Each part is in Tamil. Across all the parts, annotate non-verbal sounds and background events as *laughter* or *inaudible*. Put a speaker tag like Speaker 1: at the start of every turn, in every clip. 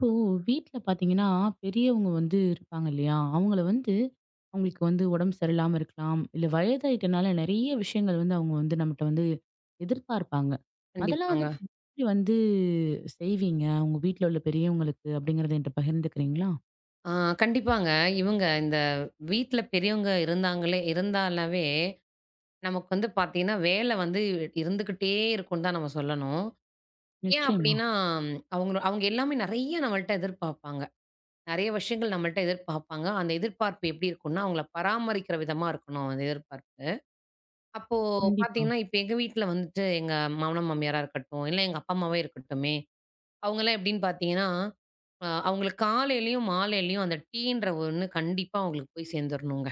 Speaker 1: இப்போ வீட்ல பாத்தீங்கன்னா, பெரியவங்க வந்து இருப்பாங்க இல்லையா? அவங்கள வந்து அவங்களுக்கு வந்து உடம்பு சரியில்லாம இருக்கலாம். இல்ல வயதாயிட்டனால நெறைய விஷயங்கள் வந்து அவங்க வந்து நம்மட்ட வந்து எதிர்பார்ப்பாங்க. அதெல்லாம்
Speaker 2: கண்டிப்பாங்க.
Speaker 1: வந்து நீங்க எப்படி வந்து செய்வீங்க? உங்க வீட்ல உள்ள பெரியவங்களுக்கு அப்படிங்கிறத என்ட்ட பகிர்ந்துக்கிறீங்களா?
Speaker 2: ஆ கண்டிப்பாங்க. இவங்க இந்த வீட்ல பெரியவங்க இருந்தாங்களே இருந்தாலாவே, நமக்கு வந்து பார்த்தீங்கன்னா, வேலை வந்து இருந்துகிட்டே இருக்கும்னு தான் நம்ம சொல்லணும். ஏன்
Speaker 1: நிச்சயமா.
Speaker 2: அப்டின்னா, அவங்க அவங்க எல்லாமே நெறைய நம்மள்ட்ட எதிர்பார்ப்பாங்க. நெறைய விஷயங்கள் நம்மள்ட்ட எதிர்பார்ப்பாங்க. அந்த எதிர்பார்ப்பு எப்டி இருக்கும்னா, அவங்கள பராமரிக்கிற விதமா இருக்கணும் அந்த எதிர்பார்ப்பு. அப்போ
Speaker 1: கண்டிப்பா.
Speaker 2: பார்த்தீங்கன்னா, இப்ப எங்க வீட்ல வந்துட்டு எங்க மாமனார், மாமியாரா இருக்கட்டும், இல்ல எங்க அப்பா, அம்மாவே இருக்கட்டுமே அவங்கலாம் எப்படின்னு பார்த்தீங்கன்னா, அவங்களுக்கு காலையிலயும், மாலையிலயும் அந்த டீன்ற ஒண்ணு கண்டிப்பா அவங்களுக்கு போய் சேர்ந்துரணுங்க.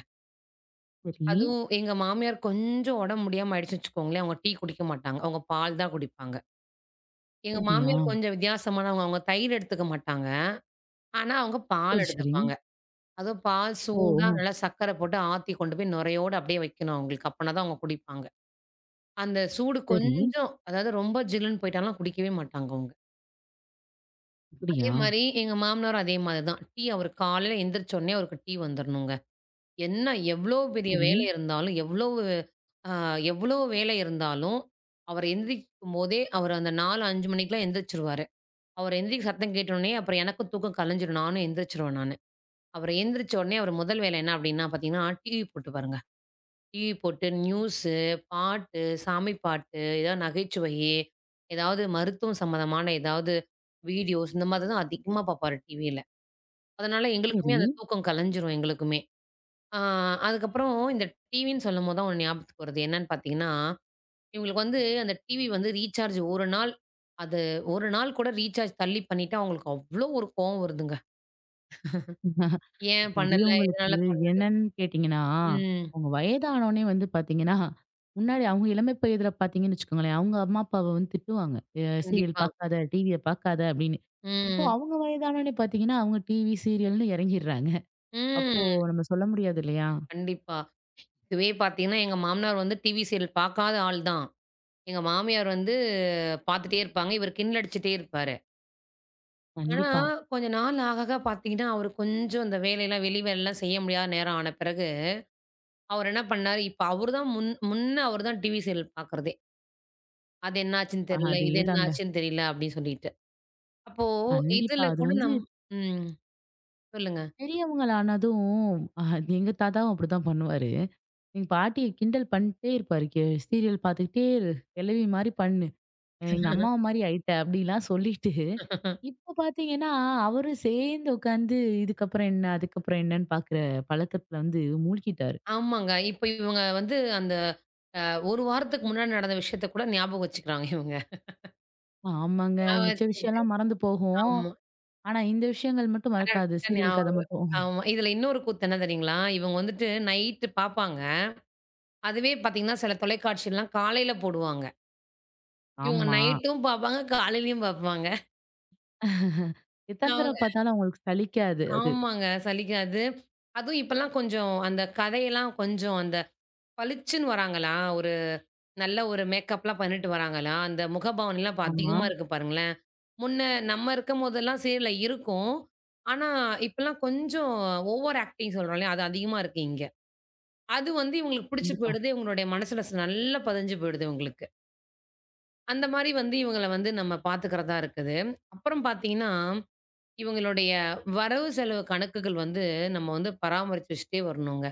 Speaker 1: சரி.
Speaker 2: அதுவும் எங்க மாமியார் கொஞ்சம் உடம்பு முடியாம ஆயிடுச்சுன்னு வச்சுக்கோங்களேன், அவங்க டீ குடிக்க மாட்டாங்க. அவங்க பால் தான் குடிப்பாங்க. எங்க
Speaker 1: அப்படியா?
Speaker 2: மாமியார் கொஞ்சம் வித்தியாசமானவங்க. அவங்க தயிர் எடுத்துக்க மாட்டாங்க. ஆனா, அவங்க பால்
Speaker 1: சரி, சரி.
Speaker 2: எடுத்துப்பாங்க. அதுவும் பால்
Speaker 1: ஓ!
Speaker 2: சூடா
Speaker 1: ஓ!
Speaker 2: நல்லா சர்க்கரை போட்டு ஆத்தி கொண்டு போய் நுரையோட அப்படியே வைக்கணும் அவங்களுக்கு. அப்பனா தான் அவங்க குடிப்பாங்க. அந்த சூடு
Speaker 1: சரி.
Speaker 2: கொஞ்சம் அதாவது ரொம்ப ஜில்லுன்னு போயிட்டாலாம் குடிக்கவே மாட்டாங்க அவங்க. அதே
Speaker 1: அப்படியா?
Speaker 2: மாரி எங்க மாமனாரும் அதே மாரி தான். டீ அவரு காலையில எந்திரிச்ச உடனே அவருக்கு டீ வந்துரணுங்க. என்ன எவ்ளோ பெரிய
Speaker 1: சரி,
Speaker 2: வேலை இருந்தாலும், எவ்வளவு அ எவ்வளோ வேலை இருந்தாலும், அவர் எந்திரிக்கும்போதே அவர் அந்த 4, 5 மணிக்கெல்லாம் எந்திரிச்சுருவாரு. அவர் எந்திரிக்க சத்தம் கேட்ட உடனே அப்புறம் எனக்கும் தூக்கம் கலைஞ்சிரும். நானும் எந்திரிச்சுருவேன் நானு. அவர் எந்திரிச்ச உடனே அவர் முதல் வேலை என்ன அப்டின்னா பார்த்தீங்கன்னா, டிவி போட்டுப்பாருங்க. டிவி போட்டு நியூஸு, பாட்டு, சாமி பாட்டு, ஏதாவது நகைச்சுவை, ஏதாவது மருத்துவம் சம்மந்தமான ஏதாவது வீடியோஸ் இந்த மாதிரி தான் அதிகமா பார்ப்பாரு டிவில. அதனால எங்களுக்குமே
Speaker 1: சரி.
Speaker 2: அந்த தூக்கம் கலைஞ்சிரும் எங்களுக்குமே. ஆ அதுக்கப்புறம் இந்த டிவின்னு சொல்லும்போது தான் ஒண்ணு ஞாபகத்துக்கு வருது. என்னன்னு பார்த்தீங்கன்னா, இவங்களுக்கு வந்து அந்த டிவி வந்து ரீசார்ஜ் 1 நாள் அது 1 நாள் கூட ரீசார்ஜ் தள்ளி பண்ணிட்டா அவங்களுக்கு அவ்ளோ ஒரு கோவம் வருதுங்க. ஏன் பண்ணல? எதனால
Speaker 1: பெரியவங்களுக்கு
Speaker 2: பண்ணல?
Speaker 1: என்னன்னு கேட்டீங்கன்னா,
Speaker 2: ம்.
Speaker 1: அவங்க வயதானோனே வந்து பாத்தீங்கன்னா, முன்னாடி அவங்க இளமை பருவத்துல பாத்தீங்கன்னு வச்சுக்கோங்களேன், அவங்க அம்மா, அப்பாவ வந்து திட்டுவாங்க. சீரியல்
Speaker 2: கண்டிப்பா.
Speaker 1: பாக்காத, டிவிய பாக்காத" அப்படின்னு. இப்போ
Speaker 2: ம்.
Speaker 1: அவங்க வயதானோனே பாத்தீங்கன்னா, அவங்க டிவி, சீரியல்னு எறங்கிர்றாங்க. அப்போ
Speaker 2: ம்.
Speaker 1: நம்ம சொல்ல முடியாது இல்லையா?
Speaker 2: கண்டிப்பா. இதுவே பார்த்தீங்கன்னா, எங்க மாமனார் வந்து டிவி சீரியல் பார்க்காத ஆள் தான். எங்க மாமியார் வந்து பார்த்துட்டே இருப்பாங்க. இவர் கிண்டல் அடிச்சுட்டே இருப்பாரு. ஆனா,
Speaker 1: கண்டிப்பா.
Speaker 2: கொஞ்ச நாள் ஆக, ஆக பார்த்தீங்கன்னா, அவரு கொஞ்சம் இந்த வேலையெல்லாம், வெளி வேலைலாம் செய்ய முடியாத நேரம் ஆன பிறகு, அவர் என்ன பண்ணாரு, இப்ப அவரு தான் முன்ன அவரு தான் டிவி சீரியல் பார்க்குறதே. அது என்ன ஆச்சுன்னு தெரியல, இது என்ன
Speaker 1: அதேதாங்க.
Speaker 2: ஆச்சுன்னு தெரியல அப்படின்னு சொல்லிட்டு. அப்போ
Speaker 1: கண்டிப்பா.
Speaker 2: இதுல
Speaker 1: அது
Speaker 2: கூட
Speaker 1: வந்து
Speaker 2: நம் ம். சொல்லுங்க.
Speaker 1: பெரியவங்களானதும் அ எங்க தாத்தாவும் அப்படிதான் பண்ணுவாரு. எங்க பாட்டிய கிண்டல் பண்ணிட்டே இருப்பாரு. "கே சீரியல் பாத்துக்கிட்டே இரு. கெழவி மாரி பண்ணு." எங்க அம்மாவ மாரி ஆயிட்ட அப்படிலாம் சொல்லிட்டு, இப்ப பார்த்தீங்கன்னா, அவரும் சேர்ந்து உட்காந்து இதுக்கப்புறம் என்ன, அதுக்கப்புறம் என்னன்னு பார்க்குற பழக்கத்துல வந்து மூழ்கிட்டாரு.
Speaker 2: ஆமாங்க. இப்ப இவங்க வந்து அந்த 1 வாரத்துக்கு முன்னாடி நடந்த விஷயத்த கூட ஞாபகம் வச்சுக்கிறாங்க இவங்க.
Speaker 1: ஆமாங்க.
Speaker 2: ஞாபகம்
Speaker 1: மிச்ச
Speaker 2: வச்சுக்கிட்டு
Speaker 1: விஷயம்லாம் மறந்து போகும்.
Speaker 2: ஆமா.
Speaker 1: ஆனா, இந்த விஷயங்கள் மட்டும் மறக்காது.
Speaker 2: கரெக்ட்டா
Speaker 1: சீரியல் கதை
Speaker 2: ஞாபகம்.
Speaker 1: மட்டும்.
Speaker 2: ஆமா. இதுல இன்னொரு கூத்து என்ன தெரியுங்களா? இவங்க வந்துட்டு நைட்டு பார்ப்பாங்க. அதுவே பார்த்தீங்கன்னா, சில தொலைக்காட்சிலாம் காலையில போடுவாங்க. இவங்க
Speaker 1: ஆமா.
Speaker 2: நைட்டும் பார்ப்பாங்க, காலையிலயும் பார்ப்பாங்க.
Speaker 1: எத்தன தடவ
Speaker 2: அவங்க
Speaker 1: பார்த்தாலும் அவங்களுக்கு சலிக்காது அது.
Speaker 2: ஆமாங்க. சலிக்காது. அதுவும் இப்பலாம் கொஞ்சம் அந்த கதையெல்லாம் கொஞ்சம் அந்த பளிச்சுன்னு வராங்களா, ஒரு நல்ல ஒரு மேக்கப்லாம் பண்ணிட்டு வராங்களா, அந்த முகபாவனைலாம் இப்ப
Speaker 1: ஆமா.
Speaker 2: அதிகமா இருக்கு பாருங்களேன். முன்ன நம்ம இருக்கும்போதெல்லாம் சீரியல்ல இருக்கும். ஆனா, இப்பலாம் கொஞ்சம் ஓவர் ஆக்டிங் சொல்றோம் இல்லையா? அது அதிகமா இருக்கு இங்க. அது வந்து இவங்களுக்கு பிடிச்சு
Speaker 1: கண்டிப்பா.
Speaker 2: போயிடுது. இவங்களுடைய மனசுல நல்லா பதிஞ்சு போயிடுது இவங்களுக்கு. அந்த மாரி வந்து இவங்கள வந்து நம்ம பார்த்துக்கிறதா இருக்குது. அப்புறம் பார்த்தீங்கன்னா, இவங்களுடைய வரவு செலவு கணக்குகள் வந்து நம்ம வந்து பராமரிச்சு வச்சுட்டே வரணுங்க.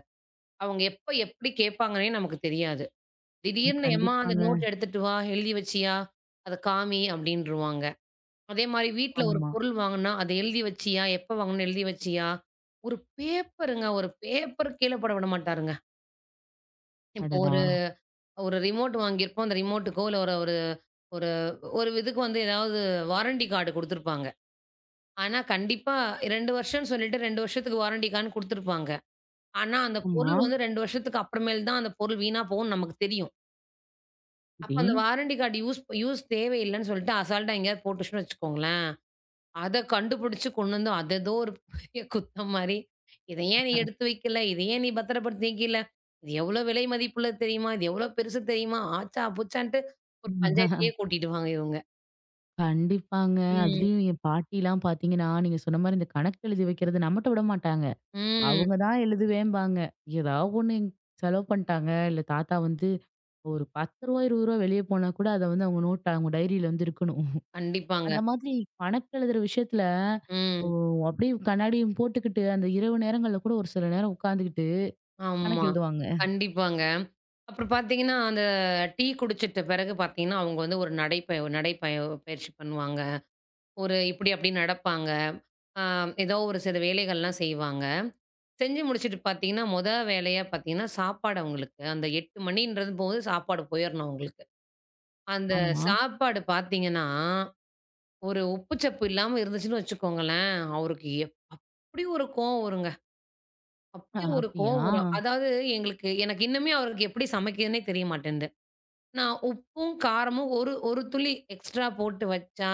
Speaker 2: அவங்க எப்ப எப்படி கேட்பாங்கன்னே நமக்கு தெரியாது.
Speaker 1: ம்,
Speaker 2: திடீர்னு எம்மா அந்த
Speaker 1: கண்டிப்பாங்க.
Speaker 2: நோட் எடுத்துட்டு வா, எழுதி வச்சியா? அத காமி அப்படின்ருவாங்க. அதே மாரி வீட்ல ஒரு
Speaker 1: ஆமா.
Speaker 2: பொருள் வாங்குனா, அத எழுதி வச்சியா? எப்ப வாங்கணும்னு எழுதி வச்சியா? ஒரு பேப்பருங்க, ஒரு பேப்பர் கீழ போட விட மாட்டாருங்க. இப்போ
Speaker 1: அடடா!
Speaker 2: ஒரு ரிமோட் வாங்கியிருப்போம். அந்த ரிமோட்டுக்கோ இல்ல ஒரு ஒரு ஒரு ஒரு இதுக்கு வந்து ஏதாவது வாரண்டி கார்டு குடுத்துருப்பாங்க. ஆனா கண்டிப்பா 2 வருஷம்னு சொல்லிட்டு 2 வருஷத்துக்கு வாரண்டி கார்டுன்னு குடுத்துருப்பாங்க. ஆனா அந்த
Speaker 1: ஆமா.
Speaker 2: பொருள் வந்து 2 வருஷத்துக்கு அப்புறமேல் தான் அந்த பொருள் வீணா போகும்னு நமக்கு தெரியும். அப்ப
Speaker 1: சரி.
Speaker 2: அந்த வாரண்டி கார்டு யூஸ் யூஸ் தேவையில்லன்னு சொல்லிட்டு அசால்ட்டா எங்கேயாவது போட்டுச்சுன்னு வச்சுக்கோங்களேன். அத கண்டுபிடிச்சு கொண்டு வந்து, அது ஏதோ ஒரு பெரிய குத்தம் மாரி, "இத ஏன் நீ எடுத்து வைக்கல? இத ஏன் நீ பத்திரப்படுத்தி வைக்கல? இது எவ்வளோ விலை மதிப்புள்ளது தெரியுமா? இது எவ்வளோ பெருசு தெரியுமா?" ஆச்சா புச்சான்ட்டு ஒரு
Speaker 1: ம்,
Speaker 2: பஞ்சாயத்தையே கூட்டிடுவாங்க இவங்க.
Speaker 1: கண்டிப்பாங்க.
Speaker 2: ம்.
Speaker 1: அதுலயும் என் பாட்டிலாம் பார்த்தீங்கன்னா, நீங்க சொன்ன மாரி இந்த கணக்கு எழுதி வைக்கிறது நம்மட்ட விட மாட்டாங்க.
Speaker 2: ம்.
Speaker 1: அவங்க தான் எழுதுவேம்பாங்க. ஏதாவது ஒண்ணு செலவு பண்ணிட்டாங்க. இல்ல தாத்தா வந்து ஒரு ரூ. 10 ரூ. 20 வெளிய போனா கூட அத வந்து அவங்க நோட்ல அவங்க டைரியில வந்து இருக்கணும்.
Speaker 2: கண்டிப்பாங்க.
Speaker 1: அந்த மாதிரி கணக்கு எழுதுற விஷயத்துல ஓ
Speaker 2: ம்.
Speaker 1: அப்படியே கண்ணாடியும் போட்டுக்கிட்டு, அந்த இரவு நேரங்கள்ல கூட ஒரு சில நேரம் உட்கார்ந்துகிட்டு கணக்கு
Speaker 2: ஆமா.
Speaker 1: எழுதுவாங்க.
Speaker 2: கண்டிப்பாங்க. அப்புறம் பார்த்தீங்கன்னா, அந்த டீ குடிச்சிட்ட பிறகு பார்த்தீங்கன்னா, அவங்க வந்து ஒரு நடைப்பய நடைப்பய பயிற்சி பண்ணுவாங்க. ஒரு இப்படி அப்படி நடப்பாங்க. ஆ ஏதோ ஒரு சில வேலைகள்லாம் செய்வாங்க. செஞ்சு முடிச்சுட்டு பார்த்தீங்கன்னா, மொத வேலையா பார்த்தீங்கன்னா, சாப்பாடு அவங்களுக்கு. அந்த 8 மணின்றது போது சாப்பாடு போயிரணும் அவங்களுக்கு. அந்த
Speaker 1: ஆமா.
Speaker 2: சாப்பாடு பார்த்தீங்கன்னா, ஒரு உப்பு சப்பு இல்லாம இருந்துச்சுன்னு வச்சுக்கோங்களேன், அவருக்கு எப்படி ஒரு கோவம் வருங்க. அப்படி ஒரு
Speaker 1: அப்படியா?
Speaker 2: கோவம் வரும். அதாவது எனக்கு இன்னுமே அவருக்கு எப்படி சமைக்கிறதுன்னே தெரிய மாட்டேன்து. நான் உப்பும், காரமும் ஒரு ஒரு துளி எக்ஸ்ட்ரா போட்டு வச்சா,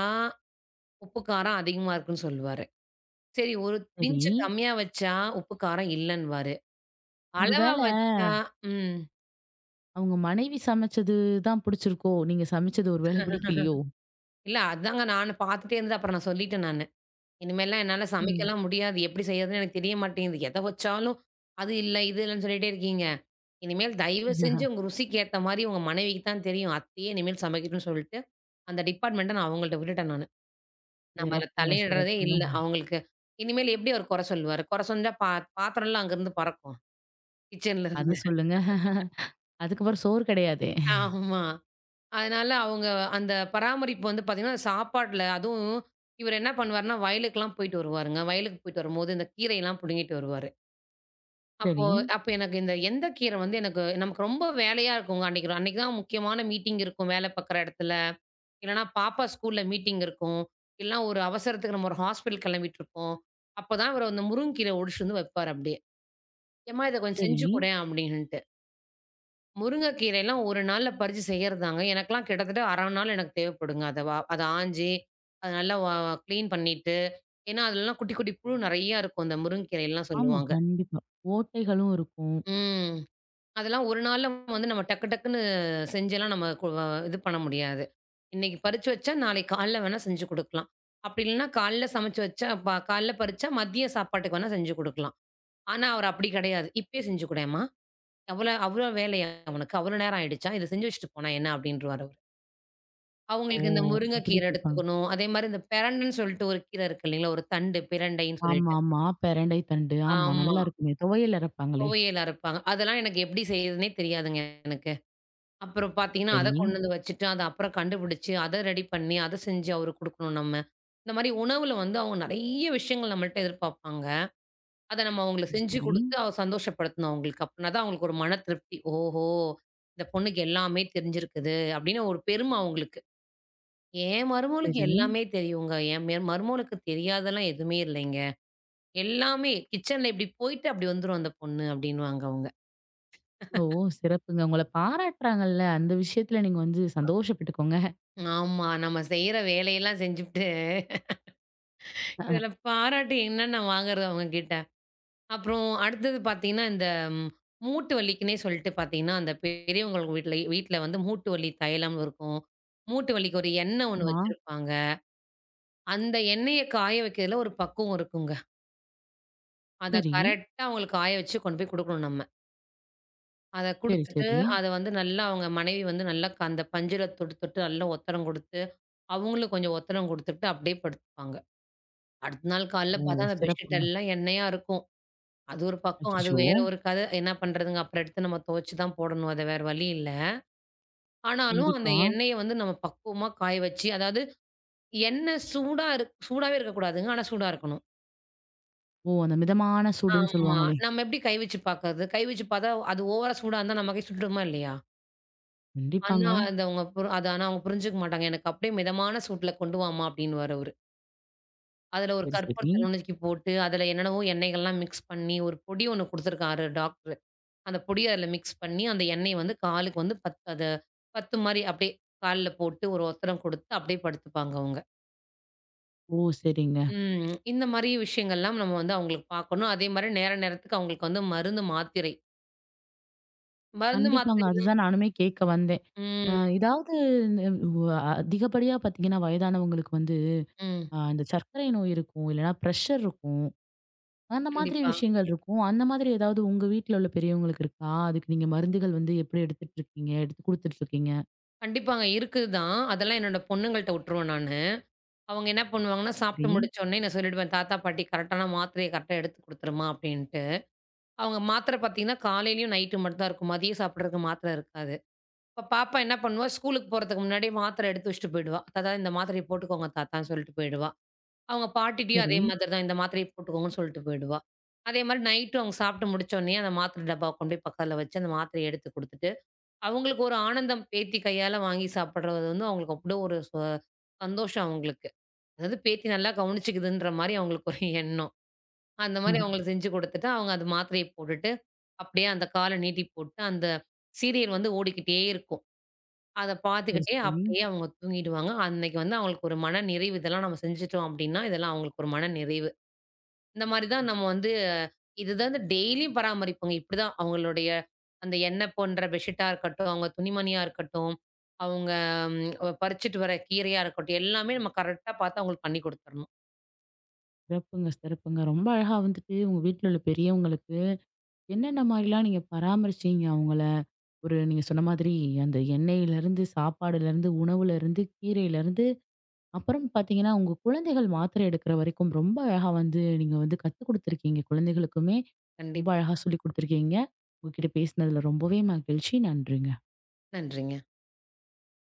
Speaker 2: உப்பு காரம் அதிகமா இருக்குன்னு சொல்லுவாரு. சரி ஒரு
Speaker 1: சரி.
Speaker 2: பிஞ்ச் கம்மியா வச்சா, உப்பு காரம் இல்லன்னுவாரு. அளவா
Speaker 1: ஒருவேள
Speaker 2: வச்சா ம்.
Speaker 1: அவங்க மனைவி சமைச்சது தான் பிடிச்சிருக்கோ? நீங்க சமைச்சது ஒருவேள பிடிக்கலையோ?
Speaker 2: இல்ல அதாங்க நானு பாத்துட்டே இருந்தது. அப்புறம் நான் சொல்லிட்டேன் நானு. இனிமேல்லாம் என்னால
Speaker 1: ம்.
Speaker 2: சமைக்கலாம் முடியாது. எப்படி செய்யறதுன்னு எனக்கு தெரிய மாட்டேங்குது. எத வச்சாலும் அது இல்ல, இது இல்லன்னு சொல்லிட்டே இருக்கீங்க. இனிமேல் தயவு செஞ்சு உங்க
Speaker 1: *laughs*
Speaker 2: ருசிக்கு ஏத்த மாரி உங்க மனைவிக்கு தான் தெரியும். அத்தையே இனிமேல் சமைக்கட்டும்னு சொல்லிட்டு, அந்த டிபார்ட்மெண்ட்ட நான் அவங்கள்ட்ட விட்டுட்டேன் நானு. நம்ம அதுல
Speaker 1: சிறப்புங்க,
Speaker 2: தலையிடுறதே இல்ல.
Speaker 1: சிறப்புங்க.
Speaker 2: அவங்களுக்கு இனிமேல் எப்படி அவரு கொற சொல்லுவாரு? கொற சொன்னா பாத்திரம்லாம் அங்கருந்து பறக்கும். கிச்சன்ல
Speaker 1: அத
Speaker 2: இருந்து.
Speaker 1: சொல்லுங்க. அதுக்கப்புறம் சோறு கிடையாதே.
Speaker 2: ஆமா. அதனால அவங்க அந்த பராமரிப்பு வந்து பார்த்தீங்கன்னா, சாப்பாட்ல அதுவும் இவரு என்ன பண்ணுவாருன்னா, வயலுக்குலாம் போயிட்டு வருவாருங்க. வயலுக்கு போயிட்டு வரும்போது, இந்த கீரையெல்லாம் புடுங்கிட்டு வருவாரு. அப்போ
Speaker 1: சரி.
Speaker 2: அப்ப எனக்கு இந்த எந்த கீரை வந்து எனக்கு நமக்கு ரொம்ப வேலையா இருக்குங்க அன்னைக்கு. அன்னைக்கு தான் முக்கியமான மீட்டிங் இருக்கும் வேலை பார்க்குற இடத்துல. இல்லன்னா பாப்பா ஸ்கூல்ல மீட்டிங் இருக்கும். இல்லனா ஒரு அவசரத்துக்கு நம்ம ஒரு ஹாஸ்பிட்டல் கிளம்பிட்டுருப்போம். அப்பதான் இவரு அந்த முருங்கக்கீரை ஒடிச்சு வந்து வைப்பாரு அப்படியே. "ஏம்மா இத கொஞ்சம்
Speaker 1: சரி.
Speaker 2: செஞ்சு குடேன்" அப்படின்ட்டு. முருங்கைக்கீரைலாம் ஒரு நாள்ல பறிச்சு செய்யறதாங்க. எனக்கெல்லாம் கிட்டத்தட்ட 1/2 நாள் எனக்கு தேவைப்படுங்க. அத ஆஞ்சு, அத நல்லா கிளீன் பண்ணிட்டு, ஏன்னா அதுலலாம் குட்டி, குட்டி புழு நெறையா இருக்கும். அந்த முருங்கைக்கீரைலாம் ஆமா.
Speaker 1: ஆமா,
Speaker 2: சொல்லுவாங்க.
Speaker 1: கண்டிப்பா. ஓட்டைகளும் இருக்கும்.
Speaker 2: ம். அதெல்லாம் ஒரு நாள்ல வந்து நம்ம டக்கு டக்குன்னு செஞ்செல்லாம் நம்ம கு வ இது பண்ண முடியாது. இன்னைக்கு பறிச்சு வச்சா, நாளைக்கு காலைல வேணா செஞ்சு குடுக்கலாம். அப்படி இல்லன்னா காலைல சமைச்சு வச்சா, காலைல பறிச்சா மதிய சாப்பாட்டுக்கு வேணா செஞ்சு குடுக்கலாம். ஆனா அவர் அப்படி கிடையாது. "இப்பயே செஞ்சு குடேன்ம்மா. அவ்வளோ அவ்வளோ வேலையா உனக்கு? அவ்வளோ நேரம் ஆயிடுச்சா? இத செஞ்சு வச்சுட்டு போனா என்ன?" அப்படின்ருவாரு அவரு.
Speaker 1: ஓ!
Speaker 2: அவங்களுக்கு இந்த
Speaker 1: அப்படி
Speaker 2: முருங்கைக்கீரை
Speaker 1: கேட்பாங்க.
Speaker 2: எடுத்துக்கணும். அதேமாரி இந்த பிரண்டன்னு சொல்லிட்டு ஒரு கீரை இருக்கு இல்லைங்களா? ஒரு தண்டு பிரண்டைன்னு
Speaker 1: ஆமா,
Speaker 2: சொல்லிட்டு.
Speaker 1: ஆமா. பெரண்டை தண்டு. ஆமா,
Speaker 2: ஆமா.
Speaker 1: நல்லா இருக்குமே. துவையல் அரைப்பாங்களே.
Speaker 2: துவையல் அரைப்பாங்க. அதெல்லாம் எனக்கு எப்படி செய்யுதுன்னே தெரியாதுங்க எனக்கு. அப்புறம் பார்த்தீங்கன்னா, அத
Speaker 1: சரி.
Speaker 2: கொண்டு வந்து வச்சுட்டு, அத அப்புறம் கண்டுபிடிச்சு, அத ரெடி பண்ணி, அத செஞ்சு அவருக்கு குடுக்கணும் நம்ம. இந்த மாரி உணவுல வந்து அவங்க நெறைய விஷயங்கள் நம்மள்ட்ட எதிர்பார்ப்பாங்க. அத நம்ம அவங்களுக்கு செஞ்சு குடுத்து சந்தோஷப்படுத்தணும் அவங்களுக்கு. அப்பனா தான் அவங்களுக்கு ஒரு மன திருப்தி. ஓஹோ! இந்த பொண்ணுக்கு எல்லாமே தெரிஞ்சிருக்குது. அப்படின்னு ஒரு பெருமை அவங்களுக்கு. என்
Speaker 1: சரி,
Speaker 2: மருமகளுக்கு
Speaker 1: சரி.
Speaker 2: எல்லாமே தெரியுங்க. என் மருமகளுக்கு தெரியாதெல்லாம் எதுவுமே இல்லைங்க. எல்லாமே கிச்சன்ல இப்படி போயிட்டு அப்படி வந்துரும் அந்த பொண்ணு அப்படின்னுவாங்க அவங்க.
Speaker 1: ஓ! சிறப்புங்க. உங்கள பாராட்டுறாங்கல்ல, அந்த விஷயத்துல நீங்க வந்து சந்தோஷப்பட்டுக்கோங்க.
Speaker 2: ஆமா. நம்ம செய்ற வேலையெல்லாம் செஞ்சுபுட்டு இதுல பாராட்டு என்னென்ன வாங்குறது அவங்க கிட்ட. அப்புறம் அடுத்தது பார்த்தீங்கன்னா, இந்த ம், மூட்டு வலிக்குன்னே சொல்லிட்டு பார்த்தீங்கன்னா, அந்த பெரியவங்க வீட்ல வீட்ல வந்து மூட்டு வலி தைலம் இருக்கும். மூட்டு வலிக்கு ஒரு எண்ணெய் ஒண்ணு
Speaker 1: ஆமா.
Speaker 2: வச்சிருப்பாங்க. அந்த எண்ணெய காய வைக்கிறதுல ஒரு பக்குவம் இருக்குங்க. அத
Speaker 1: சரி.
Speaker 2: கரெக்ட்டா அவங்களுக்கு காய வச்சு கொண்டு போய் குடுக்கணும் நம்ம. அத
Speaker 1: சரி,
Speaker 2: குடுத்துட்டு,
Speaker 1: சரி.
Speaker 2: அத வந்து நல்லா அவங்க மனைவி வந்து நல்லா அந்த பஞ்சுல தொட்டு, தொட்டு நல்லா ஒத்தடம் குடுத்து, அவங்களும் கொஞ்சம் ஒத்தடம் குடுத்துட்டு அப்படியே படுத்துப்பாங்க. அடுத்த நாள் காலைல
Speaker 1: ஓ!
Speaker 2: பார்த்தா அந்த பெட்ஷீட்
Speaker 1: சிறப்புங்க.
Speaker 2: எல்லாம் எண்ணெயா இருக்கும். அது ஒரு பக்கம், அது
Speaker 1: அச்சச்சோ!
Speaker 2: வேற ஒரு கத. என்ன பண்றதுங்க, அப்புறம் எடுத்து நம்ம துவைச்சு தான் போடணும். அது வேற வழி இல்ல. ஆனாலும் அந்த
Speaker 1: கண்டிப்பா.
Speaker 2: எண்ணெய வந்து நம்ம பக்குவமா காய வச்சு, அதாவது எண்ணெய் சூடாவே இருக்கக்கூடாதுங்க. ஆனா சூடா இருக்கணும்.
Speaker 1: ஓ! அந்த மிதமான சூடுன்னு
Speaker 2: ஆமா.
Speaker 1: சொல்லுவாங்களே.
Speaker 2: நம்ம எப்படி கை வச்சு பார்க்கறது? கை வச்சு பார்த்தா அது ஓவரா சூடா இருந்தா நம்ம கை சுட்டுருமா இல்லையா? ஆனா,
Speaker 1: கண்டிப்பாங்க.
Speaker 2: அது அவங்க புரி அது ஆனா அவங்க புரிஞ்சுக்க மாட்டாங்க. "எனக்கு அப்படியே மிதமான சூட்ல கொண்டு வாம்மா" அப்படின்னுவாரு அவரு. அதுல ஒரு
Speaker 1: சரி, சரி.
Speaker 2: கற்பூரத்த நுணுக்கி போட்டு, அதுல என்னென்னவோ எண்ணெய்கள்லாம் மிக்ஸ் பண்ணி, ஒரு பொடி ஒண்ணு குடுத்துருக்காரு டாக்டரு. அந்த பொடிய அதுல மிக்ஸ் பண்ணி, அந்த எண்ணெய வந்து காலுக்கு வந்து பத் அத பத்து மாரி அப்படியே கால்ல போட்டு ஒரு ஒத்தடம் குடுத்து அப்படியே படுத்துப்பாங்க அவங்க.
Speaker 1: ஓ! சரிங்க.
Speaker 2: ம். இந்த மாரி விஷயங்கள்லாம் நம்ம வந்து அவங்களுக்கு பார்க்கணும். அதே மாரி நேரத்துக்கு அவங்களுக்கு வந்து மருந்து, மாத்திரை. மருந்து,
Speaker 1: கண்டிப்பாங்க.
Speaker 2: மாத்திரைலாம்
Speaker 1: அதுதான் நானுமே கேட்க வந்தேன். அ
Speaker 2: ம்,
Speaker 1: இதாவது வ் அதிகப்படியா பார்த்தீங்கன்னா, வயதானவங்களுக்கு வந்து
Speaker 2: ம்.
Speaker 1: இந்த சர்க்கரை நோய் இருக்கும், இல்லன்னா பிரஷர் இருக்கும். அந்த மாதிரி
Speaker 2: கண்டிப்பா.
Speaker 1: விஷயங்கள் இருக்கும். அந்த மாதிரி ஏதாவது உங்க வீட்ல உள்ள பெரியவங்களுக்கு இருக்கா? அதுக்கு நீங்க மருந்துகள் வந்து எப்படி எடுத்துட்டு இருக்கீங்க? எடுத்து குடுத்துட்டு இருக்கீங்க?
Speaker 2: கண்டிப்பாங்க. இருக்குதான். அதெல்லாம் என்னோட பொண்ணுங்கள்ட்ட உட்டுருவேன் நானு. அவங்க என்ன பண்ணுவாங்கன்னா, சாப்பிட்டு
Speaker 1: சரி,
Speaker 2: முடிச்சோனே நான் சொல்லிடுவேன், "தாத்தா, பாட்டி கரெக்டான மாத்திரைய கரெக்ட்டா எடுத்து குடுத்துருமா" அப்படின்ட்டு. அவங்க மாத்திரை பார்த்தீங்கன்னா, காலையிலயும் நைட்டு மட்டும் தான் இருக்கும். மதியம் சாப்பிடுறதுக்கு மாத்திரை இருக்காது. இப்ப பாப்பா என்ன பண்ணுவா, ஸ்கூலுக்கு போறதுக்கு முன்னாடி மாத்திரை எடுத்து வச்சுட்டு போயிடுவா. "தாத்தா, இந்த மாத்திரைய போட்டுக்கோங்க தாத்தான்னு" சொல்லிட்டு போயிடுவா. அவங்க பாட்டிட்டயும் அதே
Speaker 1: சரி.
Speaker 2: மாதிரி தான், "இந்த மாத்திரைய போட்டுக்கோங்கன்னு" சொல்லிட்டு போயிடுவா. அதே மாரி நைட்டும் அவங்க சாப்பிட்டு முடிச்சோனே, அந்த மாத்திரை டப்பாவ கொண்டு போய் பக்கத்துல வச்சு, அந்த மாத்திரைய எடுத்து குடுத்துட்டு, அவங்களுக்கு ஒரு ஆனந்தம் பேத்தி கையால வாங்கி சாப்பிடுறது வந்து அவங்களுக்கு அவ்ளோ ஒரு சந்தோஷம் அவங்களுக்கு. அதாவது பேத்தி நல்லா கவனிச்சுக்குதுன்ற மாரி அவங்களுக்கு ஒரு எண்ணம். அந்த
Speaker 1: *laughs*
Speaker 2: மாரி
Speaker 1: அஹ்
Speaker 2: அவங்களுக்கு செஞ்சு குடுத்துட்டு, அவங்க அந்த மாத்திரைய போட்டுட்டு, அப்படியே அந்த கால நீட்டி போட்டு, அந்த சீரியல் வந்து ஓடிக்கிட்டே இருக்கும். அத
Speaker 1: சரி,
Speaker 2: பார்த்துக்கிட்டே
Speaker 1: சரி.
Speaker 2: அப்படியே அவங்க தூங்கிடுவாங்க. அன்னைக்கு வந்து அவங்களுக்கு ஒரு மன நிறைவு. இதெல்லாம் நம்ம செஞ்சுட்டோம் அப்படின்னா, இதெல்லாம் அவங்களுக்கு ஒரு மன நிறைவு. இந்த மாரி தான் நம்ம வந்து இதுதான் வந்து டெய்லியும் பராமரிப்போங்க. இப்படிதான் அவங்களுடைய அந்த எண்ணெய் போன்ற பெட்ஷீட்டா இருக்கட்டும், அவங்க துணிமணியா இருக்கட்டும், அவங்க பறிச்சுட்டு வர கீரையா இருக்கட்டும், எல்லாமே நம்ம கரெக்ட்டா பார்த்து அவங்களுக்கு பண்ணி குடுத்துறணும்.
Speaker 1: சிறப்புங்க, சிறப்புங்க. ரொம்ப அழகா வந்துட்டு உங்க வீட்ல உள்ள பெரியவங்களுக்கு என்னென்ன மாரிலாம் நீங்க பராமரிச்சீங்க அவங்கள? ஒரு நீங்க சொன்ன மாதிரி அந்த எண்ணெயிலருந்து, சாப்பாடுலருந்து, உணவுலருந்து, கீரையிலருந்து அப்புறம் பாத்தீங்கன்னா, உங்க குழந்தைகள் மாத்திரை எடுக்கிற வரைக்கும் ரொம்ப அழகா வந்து நீங்க வந்து கத்துக் குடுத்துருக்கீங்க. குழந்தைகளுக்குமே ரொம்ப
Speaker 2: கண்டிப்பா.
Speaker 1: அழகா சொல்லிக் குடுத்துருக்கீங்க. உங்ககிட்ட பேசினதுல ரொம்பவே மகிழ்ச்சி. நன்றிங்க.
Speaker 2: நன்றிங்க.